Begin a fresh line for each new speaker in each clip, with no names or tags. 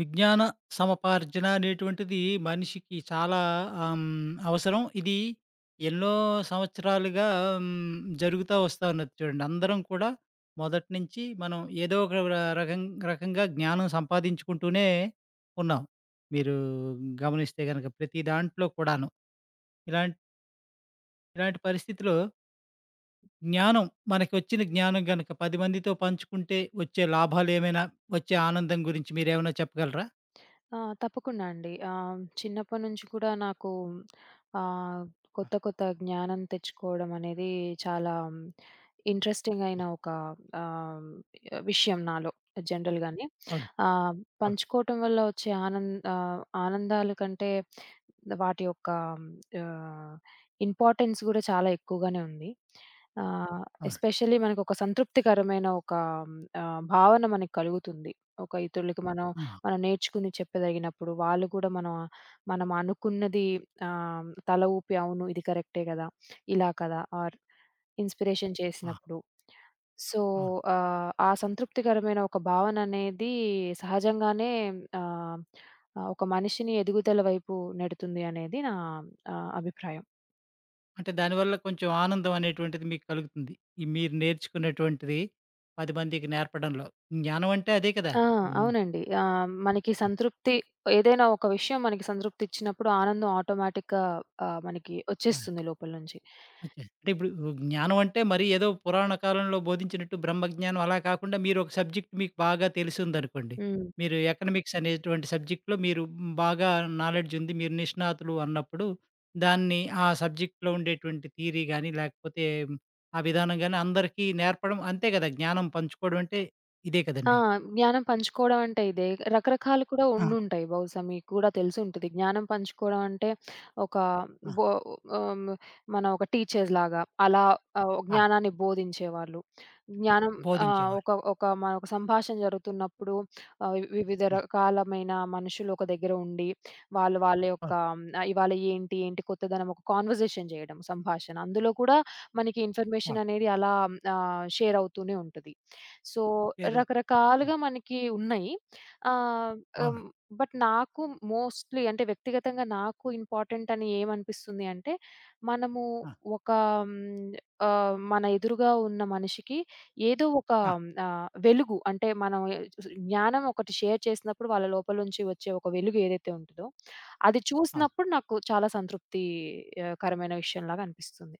విజ్ఞాన సమపార్జన అనేటువంటిది మనిషికి చాలా ఆమ్, అవసరం. ఇది ఎన్నో సంవత్సరాలుగా జరుగుతా వస్తా ఉన్నది చూడండి. అందరం కూడా మొదటి నుంచి మనం ఏదో ఒక ర రకం రకంగా జ్ఞానం సంపాదించుకుంటూనే ఉన్నాం. మీరు గమనిస్తే గనక ప్రతి దాంట్లో కూడాను. ఇలాంటి ఇలాంటి పరిస్థితిలో జ్ఞానం మనకొచ్చిన జ్ఞానం గనక 10 మందితో పంచుకుంటే వచ్చే లాభాలేమైనా, వచ్చే ఆనందం గురించి మీరేమైనా చెప్పగలరా?
ఆ! తప్పకుండా అండి. చిన్నప్పటి నుంచి కూడా నాకు ఆహ్,
ఆ!
కొత్త కొత్త జ్ఞానం తెచ్చుకోవడం అనేది చాలా ఇంట్రెస్టింగ్
హ్మ్.
అయిన ఒక ఆహ్, విషయం నాలో జనరల్‌గానే.
అవునండి.
ఆహ్,
అవును.
పంచుకోవటం వల్ల వచ్చే ఆనంద్ ఆనందాల కంటే వాటి యొక్క ఆహ్, ఇంపార్టెన్స్ గూడా చాలా ఎక్కువగానే ఉంది. ఆహ్,
అవును.
ఎస్పెషల్లీ మనకొక సంతృప్తికరమైన ఒక భావన మనకు కలుగుతుంది. ఒక ఇతరులకి మనం,
ఆ!
మనం నేర్చుకుని చెప్పదగినప్పుడు, వాళ్ళు కూడా మనం అనుకున్నది తల ఊపి అవును ఇది కరెక్టే గదా! ఇలా కదా! ఆర్ ఇన్‌స్పిరేషన్
ఆ!
చేసినప్పుడు. సో,
అవును.
ఆ సంతృప్తికరమైన ఒక భావన అనేది సహజంగానే ఆహ్ ఆ! ఒక మనిషిని ఎదుగుదల వైపు నెడుతుంది అనేది నా అభిప్రాయం.
అంటే దానివల్ల కొంచెం ఆనందం అనేటువంటిది మీకు కలుగుతుంది. ఈ మీరు నేర్చుకున్నటువంటిది 10 మందికి నేర్పడంలో. జ్ఞానం అంటే అదే కదా!
ఆ!
హ్మ్.
అవునండి. మనకి సంతృప్తి ఏదైనా ఒక విషయం మనకి సంతృప్తి ఇచ్చినప్పుడు ఆనందం ఆటోమేటిక్‌గా మనకి
ఆ!
వచ్చేస్తుంది లోపల నుంచి.
ఓకే. అంటే ఇప్పుడు జ్ఞానం అంటే మరీ ఏదో పురాణ కాలంలో బోధించినట్టు బ్రహ్మజ్ఞానం అలా కాకుండా మీరు ఒక సబ్జెక్ట్ మీకు బాగా తెలిసుందనుకోండి.
హ్మ్.
మీరు ఎకనామిక్స్ అనేటువంటి సబ్జెక్ట్‌లో మీరు బాగా నాలెడ్జ్ ఉంది. మీరు నిష్ణాతులు అన్నప్పుడు దాన్ని ఆ సబ్జెక్ట్‌లో ఉండేటువంటి థియరీ గాని లేకపోతే ఆ విధానం గాని అందరికీ నేర్పడం అంతే కదా! జ్ఞానం పంచుకోవడం అంటే ఇదే
ఆ!
కదండీ!
జ్ఞానం పంచుకోవడం అంటే ఇదే. రకరకాలు కూడా
ఆ!
ఉండుంటాయి బహుశా మీకు కూడా తెలిసుంటది. జ్ఞానం పంచుకోవడం అంటే ఒక
ఆ!
బో ఆహ్, మన ఒక టీచర్స్ లాగా అలా
ఆ!
జ్ఞానాన్ని బోధించేవాళ్ళు. జ్ఞానం
బోధించేవాళ్ళు.
ఒక ఒక మన ఒక సంభాషణ జరుగుతున్నప్పుడు వివిధ
ఆ!
రకాలమైన మనుషులు ఒక దగ్గర ఉండి వాళ్ళు వాళ్ళ యొక్క
అవును.
ఇవాళ ఏంటి, ఏంటి కొత్తదనం ఒక కాన్వర్జేషన్ చేయడం సంభాషణ. అందులో కూడా మనకి
అవును.
ఇన్ఫర్మేషన్ అనేది అలా షేర్ అవుతూనే ఉంటది. సో,
వేరొకరు. అవును.
రకరకాలుగా మనకి ఉన్నాయి. ఆహ్, హ్మ్,
అవును.
బట్ నాకు మోస్ట్‌లీ అంటే వ్యక్తిగతంగా నాకు ఇంపార్టెంట్ అని ఏమనిపిస్తుంది అంటే, మనము
ఆ!
ఒక హ్మ్, మన ఎదురుగా ఉన్న మనిషికి ఏదో ఒక
ఆ!
వెలుగు అంటే జ్ఞానం ఒకటి షేర్ చేసినప్పుడు వాళ్ళ లోపల నుంచి వచ్చే ఒక వెలుగు ఏదైతే ఉంటదో, అది
అవును.
చూసినప్పుడు నాకు చాలా సంతృప్తి కరమైన విషయంలాగా అనిపిస్తుంది.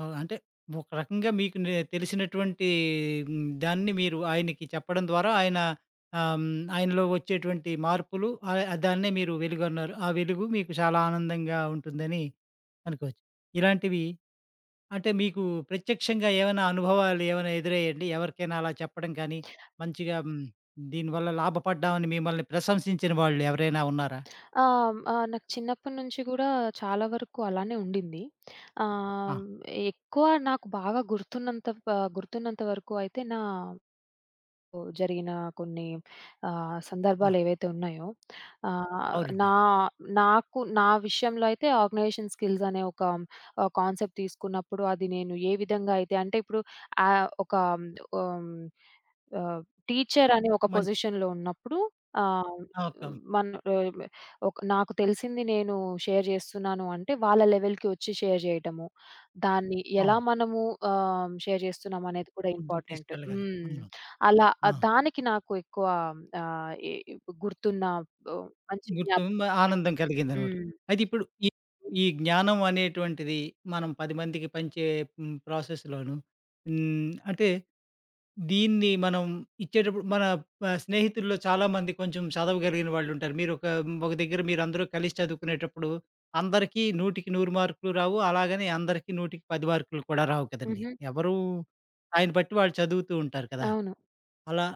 అవును. అంటే ఒక రకంగా మీకు నే తెలిసినటువంటి దాన్ని మీరు ఆయనకి చెప్పడం ద్వారా ఆయన ఆహ్, హ్మ్, ఆయనలో వచ్చేటువంటి మార్పులు దాన్నే మీరు వెలుగన్నారు. ఆ వెలుగు మీకు చాలా ఆనందంగా ఉంటుందని అనుకోవచ్చు. ఇలాంటివి అంటే మీకు ప్రత్యక్షంగా ఏమైనా అనుభవాలు ఏమైనా ఎదురయ్యాయండి? ఎవరికైనా అలా చెప్పడం కానీ, మంచిగా దీనివల్ల లాభపడ్డామని మిమ్మల్ని ప్రశంసించిన వాళ్ళు ఎవరైనా ఉన్నారా?
ఆ! నాకు చిన్నప్పటి నుంచి గూడా చాలా వరకు అలానే ఉండింది.
ఆ!
ఆహ్, ఎక్కువ నాకు బాగా గుర్తున్నంత వరకు అయితే నా జరిగిన కొన్ని
ఆ!
సందర్భాలేవైతే ఉన్నాయో ఆహ్,
అవునండి.
నా నాకు నా విషయంలో అయితే ఆర్గనైజేషన్ స్కిల్స్ అనే ఒక కాన్సెప్ట్ తీసుకున్నప్పుడు అది నేను ఏ విధంగా అయితే అంటే ఇప్పుడు ఆహ్, ఒక హ్మ్, ఆహ్, టీచర్ అనే ఒక
మంచి
పొజిషన్‌లో ఉన్నప్పుడు ఆహ్,
ఆ! ఒక
మన్ ఆహ్, ఒక నాకు తెలిసింది నేను షేర్ చేస్తున్నాను అంటే వాళ్ళ లెవెల్‌కి వచ్చి షేర్ చేయడము. దాన్ని ఎలా
అవును.
మనము షేర్ చేస్తున్నాం అనేది కూడా
ముందుకు
ఇంపార్టెంట్.
తీసుకెళ్ళగలం.
హ్మ్.
అవును.
అలా
ఆ!
దానికి నాకు ఎక్కువ ఆహ్, ఎ గుర్తున్న మంచి
గుర్తింపు,
జ్ఞాపకం.
ఆనందం కలిగిందనమాట.
హ్మ్.
అయితే ఇప్పుడు ఈ ఈ జ్ఞానం అనేటువంటిది మనం 10 మందికి పంచే ప్రాసెస్‌లోను అంటే దీన్ని మనం ఇచ్చేటప్పుడు మన స్నేహితుల్లో చాలామంది కొంచెం చదవగలిగిన వాళ్ళుంటారు. మీరొక ఒక ఒక దగ్గర మీరందరూ కలిసి చదువుకునేటప్పుడు అందరికీ 100కి 100 మార్కులు రావు. అలాగని అందరికీ 100కి 10 మార్కులు కూడా రావు కదండీ!
హుహు.
ఎవరు దాన్ని బట్టి వాళ్ళు చదువుతూ ఉంటారు కదా!
అవును.
అలా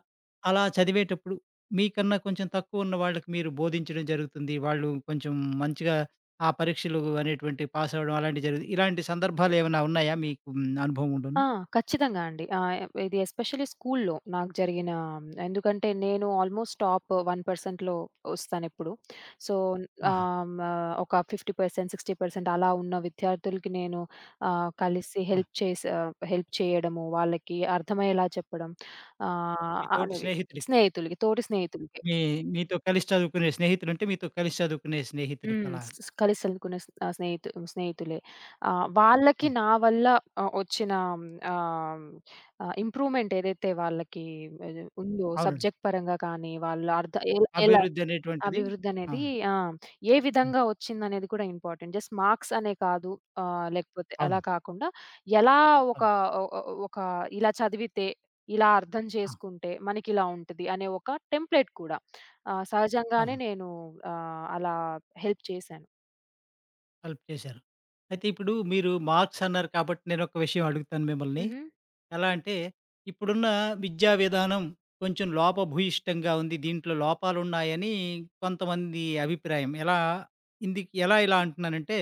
అలా చదివేటప్పుడు మీకన్నా కొంచెం తక్కువున్న వాళ్ళకి మీరు బోధించడం జరుగుతుంది. వాళ్ళు కొంచెం మంచిగా ఆ పరీక్షలు అనేటువంటివి పాస్ అవ్వడం అలాంటివి జరుగుతుంది. ఇలాంటి సందర్భాలేమైనా ఉన్నాయా మీకు అనుభవం ఉండును?
ఆ! ఖచ్చితంగా అండి. ఇది ఎస్పెషల్లీ స్కూల్‌లో నాకు జరిగిన. ఎందుకంటే నేను ఆల్‌మోస్ట్ టాప్ 1%లో వస్తానెప్పుడు. సో,
ఆహా!
ఆహ్, ఒక 50%, 60% అలా ఉన్న విద్యార్థులకి నేను కలిసి
ఆ!
హెల్ప్ చేసి ఆహ్, హెల్ప్ చేయడము, వాళ్ళకి అర్థమయ్యేలా చెప్పడం
మీ తోటి
అనేవి.
స్నేహితుడికి
స్నేహితులకి, తోటి స్నేహితులకి.
మీ మీతో కలిసి చదువుకునే స్నేహితులంటే మీతో కలిసి చదువుకునే స్నేహితులకి అలా.
స్ స్ కలిసి చదువుకునే స్నేహితులే. వాళ్ళకి
హ్మ్.
నా వల్ల వచ్చిన ఆహ్, ఆహ్, ఇంప్రూవ్‌మెంట్ ఏదైతే వాళ్ళకి ఉందో
అవునండి.
సబ్జెక్ట్ పరంగా కానీ, వాళ్ళ అర్థ ఎ ఎలా
అభివృద్ధి అనేటువంటిది
అభివృద్ధనేది
అవును.
ఆ! ఏ
హ్మ్.
విధంగా ఒచ్చిందనేది కూడా ఇంపార్టెంట్. జస్ట్ మార్క్స్ అనే కాదు. లేకపోతే అలా
అవును.
కాకుండా ఎలా ఒక
అవును.
ఒ ఒ ఒక ఇలా చదివితే, ఇలా అర్థం
ఆ!
చేసుకుంటే మనకిలా ఉంటది అనే ఒక టెంప్లేట్ కూడా. సహజంగానే
అవును.
నేను అలా హెల్ప్ చేశాను.
హెల్ప్ చేశారు. అయితే ఇప్పుడు మీరు మార్క్స్ అన్నారు కాబట్టి నేనొక విషయం అడుగుతాను మిమ్మల్ని?
హుహు.
ఎలా అంటే, ఇప్పుడున్న విద్యా విధానం కొంచెం లోపభూయిష్టంగా ఉంది. దీంట్లో లోపాలున్నాయని కొంతమంది అభిప్రాయం. ఎలా ఇందిక్ ఎలా ఇలా అంటున్నానంటే,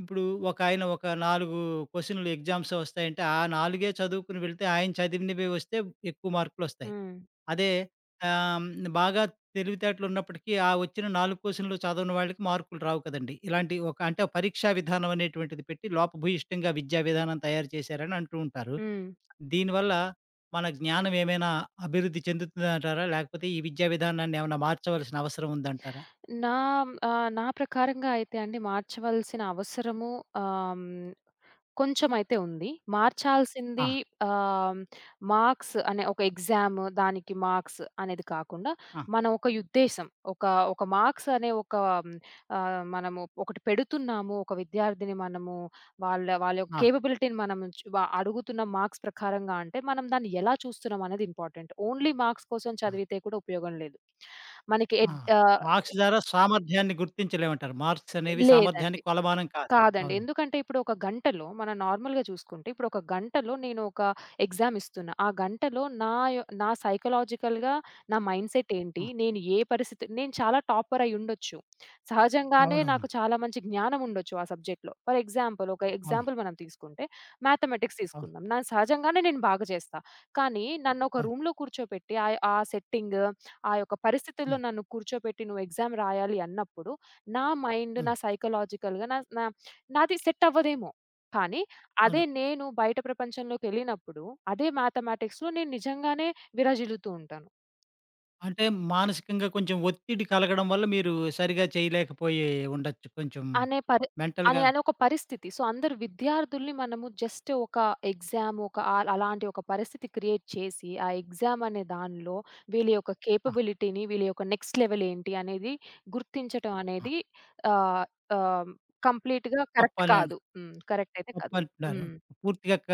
ఇప్పుడు ఒకాయన ఒక 4 క్వెషన్‌లు ఎగ్జామ్స్ వస్తాయంటే, ఆ 4 చదువుకొని వెళ్తే ఆయన చదివినవే వస్తే ఎక్కువ మార్కులొస్తాయి.
హ్మ్.
అదే ఆహ్, హ్మ్. బాగా తెలివితేటలున్నప్పటికీ, ఆ వచ్చిన 4 క్వెషన్‌లు చదవని వాళ్ళకి మార్కులు రావు కదండీ! ఇలాంటి ఒక అంటే ఒక పరీక్షా విధానం అనేటువంటిది పెట్టి లోపభూయిష్టంగా విద్యా విధానం తయారు చేశారని అంటూ ఉంటారు.
హ్మ్.
దీనివల్ల మన జ్ఞానం ఏమైనా అభివృద్ధి చెందుతుందంటారా? లేకపోతే ఈ విద్యా విధానాన్ని ఏమైనా మార్చవలసిన అవసరం ఉందంటారా?
నా నా ప్రకారంగా అయితే అండి మార్చవలసిన అవసరము ఆహ్, హ్మ్ కొంచెమైతే ఉంది.
ఆ!
మార్చాల్సింది ఆహ్, మార్క్స్ అనే ఒక ఎగ్జామ్, దానికి మార్క్స్ అనేది కాకుండా,
ఆ!
మన ఒక ఉద్దేశం, ఒక ఒక మార్క్స్ అనే ఒక మనము ఒకటి పెడుతున్నాము. ఒక విద్యార్థిని మనము వాళ్ళ వాళ్ళ యొక్క
ఆ!
కేపబిలిటీని మనం చు వ అడుగుతున్న మార్క్స్ ప్రకారంగా అంటే, మనం దాన్ని ఎలా చూస్తున్నాం అనేది ఇంపార్టెంట్. ఓన్లీ మార్క్స్ కోసం
ఆ!
చదివితే కూడా ఉపయోగం లేదు. మనకి
ఆ!
ఎడ్ ఆహ్
మార్క్స్ ద్వారా సామర్థ్యాన్ని గుర్తించలేమంటారు. మార్క్స్ అనేవి
లేదండి.
సామర్థ్యానికి కొలమానం కాదు.
కాదండి.
అవును.
ఎందుకంటే ఇప్పుడు ఒక గంటలో మనం నార్మల్‌గా చూసుకుంటే, ఇప్పుడు ఒక గంటలో నేను ఒక ఎగ్జామ్ ఇస్తున్నా. ఆ గంటలో నా సైకలాజికల్‌గా నా మైండ్‌సెట్ ఏంటి?
ఆ!
నేను ఏ పరిస్థితి నేను చాలా టాపర్ అయ్యుండొచ్చు. సహజంగానే నాకు
అవునవును.
చాలా మంచి జ్ఞానం ఉండొచ్చు ఆ సబ్జెక్ట్‌లో. ఫర్ ఎగ్జాంపుల్ ఒక
అవును.
ఎగ్జాంపుల్ మనం తీసుకుంటే మ్యాథమెటిక్స్
అవును.
తీసుకుందాం. నా సహజంగానే నేను బాగా చేస్తా. కానీ నన్ను ఒక
అవును.
రూమ్‌లో కూర్చోపెట్టి ఆ సెట్టింగ్ ఆ యొక్క పరిస్థితుల్లో
హ్మ్.
నన్ను కూర్చోపెట్టి నువ్వు ఎగ్జామ్ రాయాలి అన్నప్పుడు, నా మైండ్ నా
అవును.
సైకలాజికల్‌గా నా నా నాది సెట్ అవ్వదేమో. కానీ అదే
అవును.
నేను బయట ప్రపంచంలోకెళ్ళినప్పుడు, అదే మ్యాథమెటిక్స్‌లో నేను నిజంగానే విరజిల్లుతూ ఉంటాను.
అంటే మానసికంగా కొంచెం ఒత్తిడి కలగడం వల్ల మీరు సరిగా చేయలేకపోయి ఉండొచ్చు. కొంచెం
అనే పరి
మెంటల్‌గా
అనొక పరిస్థితి. సో, అందరు విద్యార్థుల్ని మనము జస్ట్ ఒక ఎగ్జామ్ ఒక అలాంటి ఒక పరిస్థితి క్రియేట్ చేసి, ఆ ఎగ్జామ్ అనే దానిలో వీళ్ళ యొక్క
ఆ!
కేపబిలిటీని, వీళ్ళ యొక్క నెక్స్ట్ లెవెల్ ఏంటి అనేది గుర్తించటం
ఆ!
అనేది ఆహ్, ఆహ్, కంప్లీట్‌గా కరెక్ట్
తప్పని
కాదు. హ్మ్. కరెక్ట్ అయితే కాదు.
తప్పంటున్నారు.
హ్మ్.
పూర్తిగా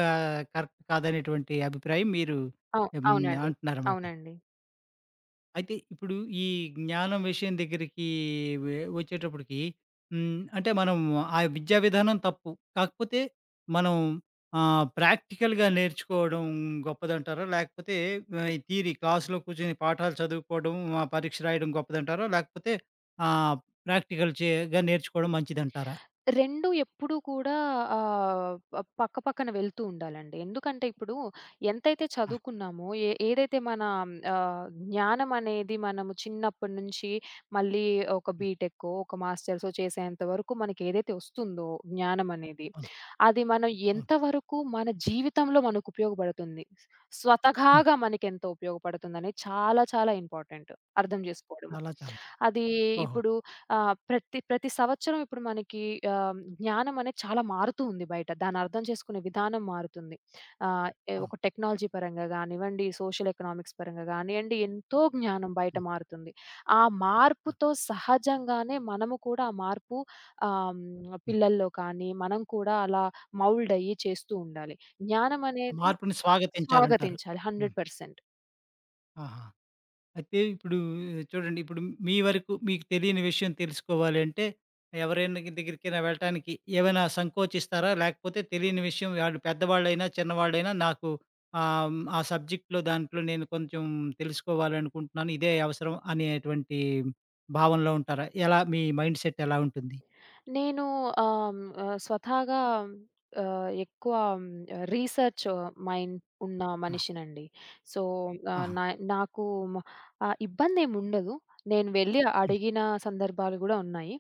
కరెక్ట్ కాదనేటువంటి అభిప్రాయం మీరు హ్మ్.
అవునండి.
అంటున్నారన్నమాట.
అవునండి.
అయితే ఇప్పుడు ఈ జ్ఞానం విషయం దగ్గరికి వచ్చేటప్పటికి హ్మ్. అంటే మనం ఆ విద్యా విధానం తప్పు. కాకపోతే మనం ప్రాక్టికల్‌గా నేర్చుకోవడం గొప్పదంటారా? లేకపోతే ఈ థియరీ క్లాస్‌లో కూర్చొని పాఠాలు చదువుకోవడం, ఆ పరీక్ష రాయడం గొప్పదంటారా? లేకపోతే ఆహ్, ప్రాక్టికల్ గా నేర్చుకోవడం మంచిదంటారా?
2 ఎప్పుడూ కూడా పక్క పక్కన వెళ్తూ ఉండాలండి. ఎందుకంటే ఇప్పుడు ఎంతైతే
ఆ!
చదువుకున్నామో, ఏదైతే మన జ్ఞానం అనేది మనము చిన్నప్పటి నుంచి మళ్ళీ ఒక
హ్మ్.
బీటెక్కో, ఒక మాస్టర్సో చేసేంత వరకు మనకేదైతే వస్తుందో జ్ఞానం అనేది,
అవును.
అది మనం
అవును.
ఎంతవరకు మన జీవితంలో మనకు ఉపయోగపడుతుంది.
హ్మ్.
స్వతహాగా మనకెంత ఉపయోగపడుతుందనేది చాలా చాలా ఇంపార్టెంట్ అర్థం జేసుకోవడము.
చాలా చాలా.
అది
ఓహో!
ఇప్పుడు ఆ! ప్రతి ప్రతి సంవత్సరం ఇప్పుడు మనకి జ్ఞానం అనేది చాలా మారుతూ ఉంది బయట. దాన్ని అర్థం చేసుకునే విధానం మారుతుంది.
అవును.
ఒక టెక్నాలజీ పరంగా గానివ్వండి, సోషల్ ఎకనామిక్స్ పరంగా గానియండి, ఎంతో జ్ఞానం బయట
హ్మ్.
మారుతుంది. ఆ
అవును.
మార్పుతో సహజంగానే మనము కూడా ఆ మార్పు
హ్మ్.
పిల్లల్లో కానీ, మనం కూడా అలా మౌల్డ్ అయ్యి చేస్తూ ఉండాలి. జ్ఞానం
ఆ
అనేది
మార్పుని స్వాగతించాలంటారు.
స్వాగతించాలి
హ్మ్.
100%.
ఆహా! అయితే ఇప్పుడు చూడండి, ఇప్పుడు మీ వరకు మీకు తెలియని విషయం తెలుసుకోవాలి అంటే, ఎవరైనా దగ్గరికైనా వెళ్ళటానికి ఏమైనా సంకోచిస్తారా? లేకపోతే తెలియని విషయం వాళ్ళు పెద్దవాళ్ళైనా, చిన్నవాళ్ళైనా నాకు ఆ సబ్జెక్ట్‌లో దాంట్లో నేను కొంచెం తెలుసుకోవాలనుకుంటున్నాను. ఇదే అవసరం అనేటువంటి భావనలో ఉంటారా? ఎలా మీ మైండ్ సెట్ ఎలా ఉంటుంది?
నేను స్వతహాగా ఎక్కువ రీసెర్చ్ మైండ్ ఉన్న
ఆ!
మనిషినండి. సో, ఆహ్,
ఆహా!
నా నాకు మ ఇబ్బందేముండదు. నేను వెళ్లి
హ్మ్.
అడిగిన సందర్భాలు గూడా ఉన్నాయి.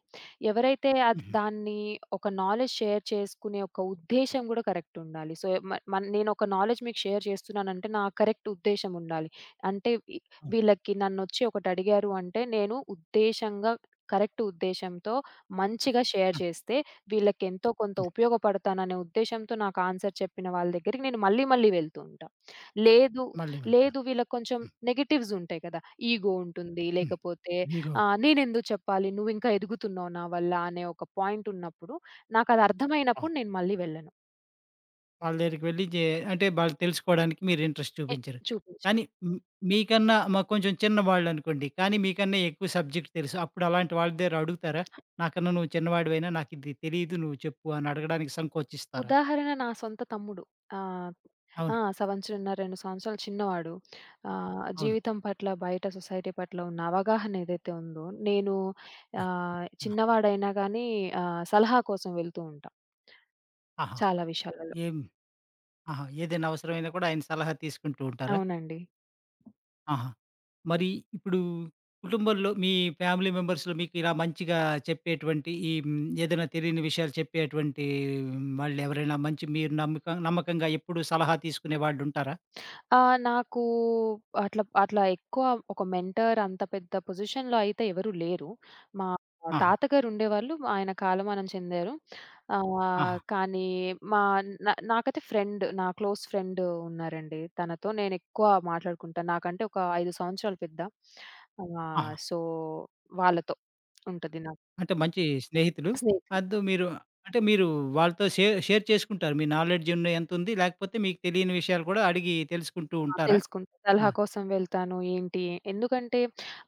ఎవరైతే అది
హుహు.
దాన్ని ఒక నాలెడ్జ్ షేర్ చేసుకునే ఒక ఉద్దేశ్యం గూడా కరెక్ట్ ఉండాలి. సో, మ మన్ నేనొక నాలెడ్జ్ మీకు షేర్ చేస్తున్నానంటే, నా కరెక్ట్ ఉద్దేశ్యం ఉండాలి. అంటే
అవును.
వీళ్ళకి నన్నొచ్చి ఒకటడిగారు అంటే, నేను ఉద్దేశంగా కరెక్ట్ ఉద్దేశ్యంతో మంచిగా షేర్
హ్మ్.
చేస్తే, వీళ్ళకెంతో కొంత
హ్మ్.
ఉపయోగపడతాననే ఉద్దేశ్యంతో నాకు ఆన్సర్ చెప్పిన వాళ్ళ దగ్గరికి నేను మళ్ళీ మళ్ళీ వెళ్తూ ఉంటా. లేదు,
మళ్ళీ వెళ్తారు.
లేదు వీళ్ళకి కొంచెం
హ్మ్.
నెగెటివ్స్ ఉంటాయి కదా! ఈగో ఉంటుంది.
హ్మ్.
లేకపోతే
ఈగో.
నేనెందుకు చెప్పాలి? నువ్వింకా ఎదుగుతున్నావు నా వల్ల అనే ఒక పాయింట్ ఉన్నప్పుడు, నాకది
ఆ!
అర్థమైనప్పుడు నేను మళ్ళీ వెళ్ళను.
వాళ్ళ దగ్గరికి వెళ్లి అంటే వాళ్ళు తెలుసుకోవడానికి మీరు ఇంట్రెస్ట్
ఎ
చూపించారు.
చూపించను.
కానీ మ్ మీకన్నా మాకు కొంచెం చిన్నవాళ్ళనుకోండి. కానీ మీకన్నా ఎక్కువ సబ్జెక్ట్ తెలుసు. అప్పుడు అలాంటి వాళ్ళ దగ్గర అడుగుతారా? నాకన్నా నువ్వు చిన్నవాడివైనా నాకిది తెలీదు నువ్వు చెప్పు అని అడగడానికి సంకోచిస్తారా?
ఉదాహరణ నా సొంత తమ్ముడు. ఆహ్, ఆ!
అవును.
సంవత్సరంన్నర, 2 సంవత్సరాలు చిన్నవాడు.
అవును.
జీవితం పట్ల, బయట సొసైటీ పట్ల ఉన్న అవగాహన ఏదైతే ఉందో, నేను
ఆ! ఆ!
చిన్నవాడైనా గానీ సలహా కోసం వెళ్తూ ఉంటా
ఆహా!
చాలా విషయాలలో.
ఏం ఆహా! ఏదైనా అవసరమైనా కూడా ఆయన సలహా తీసుకుంటూ ఉంటారా?
అవునండి.
ఆహా! మరి ఇప్పుడు కుటుంబంలో మీ ఫ్యామిలీ మెంబర్స్‌లో మీకు ఇలా మంచిగా చెప్పేటువంటి ఈ ఏదైనా తెలియని విషయాలు చెప్పేటువంటి వాళ్ళెవరైనా మంచి మీరు నమ్మక నమ్మకంగా ఎప్పుడు సలహా తీసుకునే వాళ్ళుంటారా?
ఆ! నాకు అట్లా అట్లా ఎక్కువ ఒక మెంటర్ అంత పెద్ద పొజిషన్‌లో అయితే ఎవరు లేరు. మా
ఆహా!
తాతగారు ఉండేవాళ్ళు. ఆయన కాలమానం చెందారు.
ఆహా!
కానీ మా నాకైతే నా క్లోజ్ ఫ్రెండ్ ఉన్నారండి. తనతో నేను ఎక్కువ మాట్లాడుకుంటా. నాకంటే ఒక 5 సంవత్సరాలు పెద్ద.
ఆహా!
సో వాళ్ళతో ఉంటది నాకు
అంటే మంచి స్నేహితులు.
స్నేహితులు.
అద్దు మీరు అంటే మీరు వాళ్ళతో షేర్ షేర్ చేసుకుంటారు. మీ నాలెడ్జ్ ఉన్న ఎంతుంది, లేకపోతే మీకు తెలియని విషయాలు కూడా అడిగి తెలుసుకుంటూ
ఆ!
ఉంటారా?
తెలుసుకుంటా.
ఆ!
సలహా కోసం వెళ్తాను. ఎందుకంటే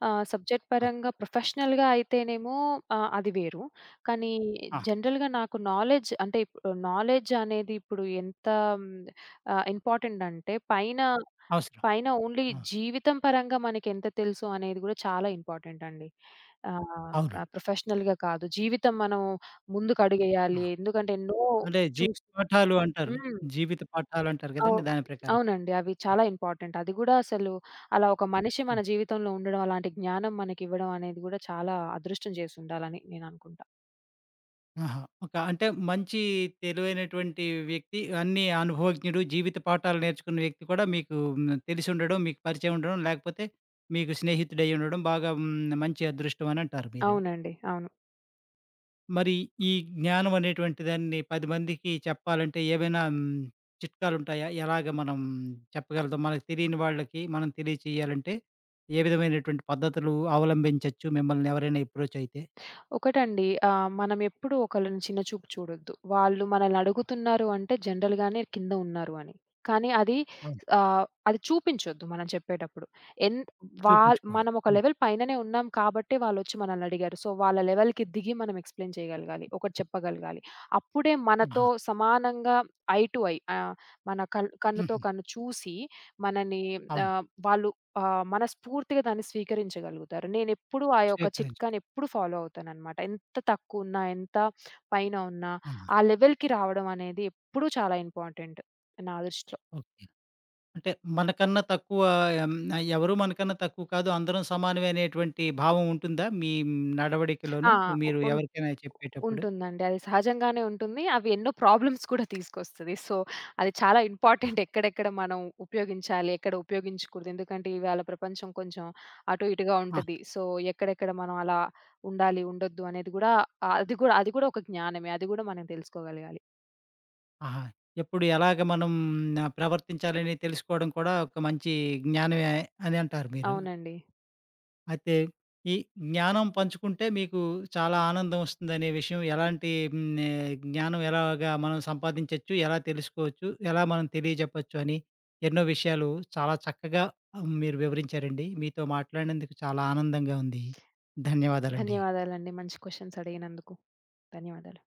సబ్జెక్ట్
ఆ!
పరంగా ప్రొఫెషనల్‌గా అయితేనేమో అది వేరు. కానీ
ఆ!
జనరల్‌గా నాకు నాలెడ్జ్ అంటే ఇప్పుడు నాలెడ్జ్ అనేది ఇప్పుడు ఎంత హ్మ్, ఇంపార్టెంట్ అంటే
అవసరం.
పైన ఓన్లీ
ఆ!
జీవితం పరంగా మనకెంత తెలుసు అనేది కూడా చాలా ఇంపార్టెంట్ అండి. ఆహ్, ఆహ్,
అవునండి.
ప్రొఫెషనల్‌గా కాదు. జీవితం మనం
ఆ!
ముందుకడుగేయాలి. ఎందుకంటే ఎన్నో
అంటే జీవిత
చూస్
పాఠాలు అంటారు.
హ్మ్.
జీవిత పాఠాలంటారు కదండీ!
అవును.
దాని ప్రకారం.
అవునండి. అవి చాలా ఇంపార్టెంట్. అది గూడా అసలు అలా ఒక మనిషి మన జీవితంలో ఉండడం, అలాంటి జ్ఞానం మనకివ్వడం అనేది గూడా చాలా అదృష్టం చేసుండాలని నేననుకుంటా.
ఆహా! ఒక అంటే మంచి తెలివైనటువంటి వ్యక్తి, అన్నీ అనుభవజ్ఞుడు, జీవిత పాఠాలు నేర్చుకున్న వ్యక్తి కూడా మీకు హ్మ్. తెలిసుండడం, మీకు పరిచయం ఉండడం, లేకపోతే మీకు స్నేహితుడై ఉండడం బాగా హ్మ్. మంచి అదృష్టం అనంటారు మీరు.
అవునండి. అవును.
మరి ఈ జ్ఞానం అనేటువంటి దాన్ని 10 మందికి చెప్పాలంటే ఏవైనా హ్మ్. చిట్కాలుంటాయా? ఎలాగ మనం చెప్పగలుగుతాం? మనకు తెలియని వాళ్ళకి మనం తెలియచేయాలంటే ఏ విధమైనటువంటి పద్ధతులు అవలంబించొచ్చు మిమ్మల్ని ఎవరైనా అప్రోచ్ అయితే?
ఒకటండి. మనం ఎప్పుడు ఒకళ్ళని చిన్న చూపు చూడొద్దు. వాళ్ళు మనల్ని అడుగుతున్నారు అంటే జనరల్‌గానే కింద ఉన్నారు అని. కానీ అది
అవును.
అది చూపించొద్దు మనం చెప్పేటప్పుడు. ఎన్ వాల్
చూపించుకోవాలి.
మనం ఒక
హ్మ్.
లెవెల్ పైననే ఉన్నాం కాబట్టే వాళ్ళొచ్చి మనల్ని అడిగారు. సో, వాళ్ళ లెవెల్‌కి దిగి మనం ఎక్స్‌ప్లెయిన్ చేయగలగాలి. ఒకటి చెప్పగలగాలి. అప్పుడే
ఆహా!
మనతో సమానంగా ఐ టు ఐ మన కన్నుతో
హుహు.
కన్ను చూసి మనని
అవును.
వాళ్ళు మనస్ఫూర్తిగా దాన్ని స్వీకరించగలుగుతారు. నేనెప్పుడూ ఆ యొక్క
స్వీకరించి
చిట్కాని ఎప్పుడు ఫాలో అవుతాననమాట. ఎంత తక్కువున్నా, ఎంత పైన ఉన్నా,
ఆహా!
ఆ లెవెల్‌కి రావడం అనేది ఎప్పుడూ చాలా ఇంపార్టెంట్ నా దృష్టిలో.
ఓకే. అంటే మనకన్నా తక్కువ ఎం ఎవరు మనకన్నా తక్కువ కాదు. అందరం సమానమే అనేటువంటి భావం ఉంటుందా? మీ
ఆ!
నడవడికలోను
ఉ
మీరు
ఉన్
ఎవరికైనా చెప్పేటప్పుడు?
ఉంటుందండి. అది సహజంగానే ఉంటుంది. అవి ఎన్నో ప్రాబ్లమ్స్ కూడా తీసుకొస్తది. సో, అది చాలా
ఆ!
ఇంపార్టెంట్ ఎక్కడెక్కడ మనం ఉపయోగించాలి, ఎక్కడ ఉపయోగించకూడదు. ఎందుకంటే ఇవాళ ప్రపంచం కొంచెం అటు ఇటుగా
ఆ,
ఉంటది. సో, ఎక్కడెక్కడ మనం అలా ఉండాలి, ఉండొద్దు అనేది గూడా అది గూడా ఒక జ్ఞానమే. అది గూడా మనం తెలుసుకోగలగాలి.
ఆహా! ఎప్పుడు ఎలాగ మనం ప్రవర్తించాలని తెలుసుకోవడం కూడా ఒక మంచి జ్ఞానమే అని అంటారు మీరు.
అవునండి.
అయితే ఈ జ్ఞానం పంచుకుంటే మీకు చాలా ఆనందం వస్తుందనే విషయం ఎలాంటి జ్ఞానం ఎలాగా మనం సంపాదించొచ్చు, ఎలా తెలుసుకోవచ్చు, ఎలా మనం తెలియజెప్పొచ్చు అని ఎన్నో విషయాలు చాలా చక్కగా మీరు వివరించారండి. మీతో మాట్లాడినందుకు చాలా ఆనందంగా ఉంది. ధన్యవాదాలండి.
ధన్యవాదాలండి. మంచి క్వెషన్స్ అడిగినందుకు. ధన్యవాదాలు.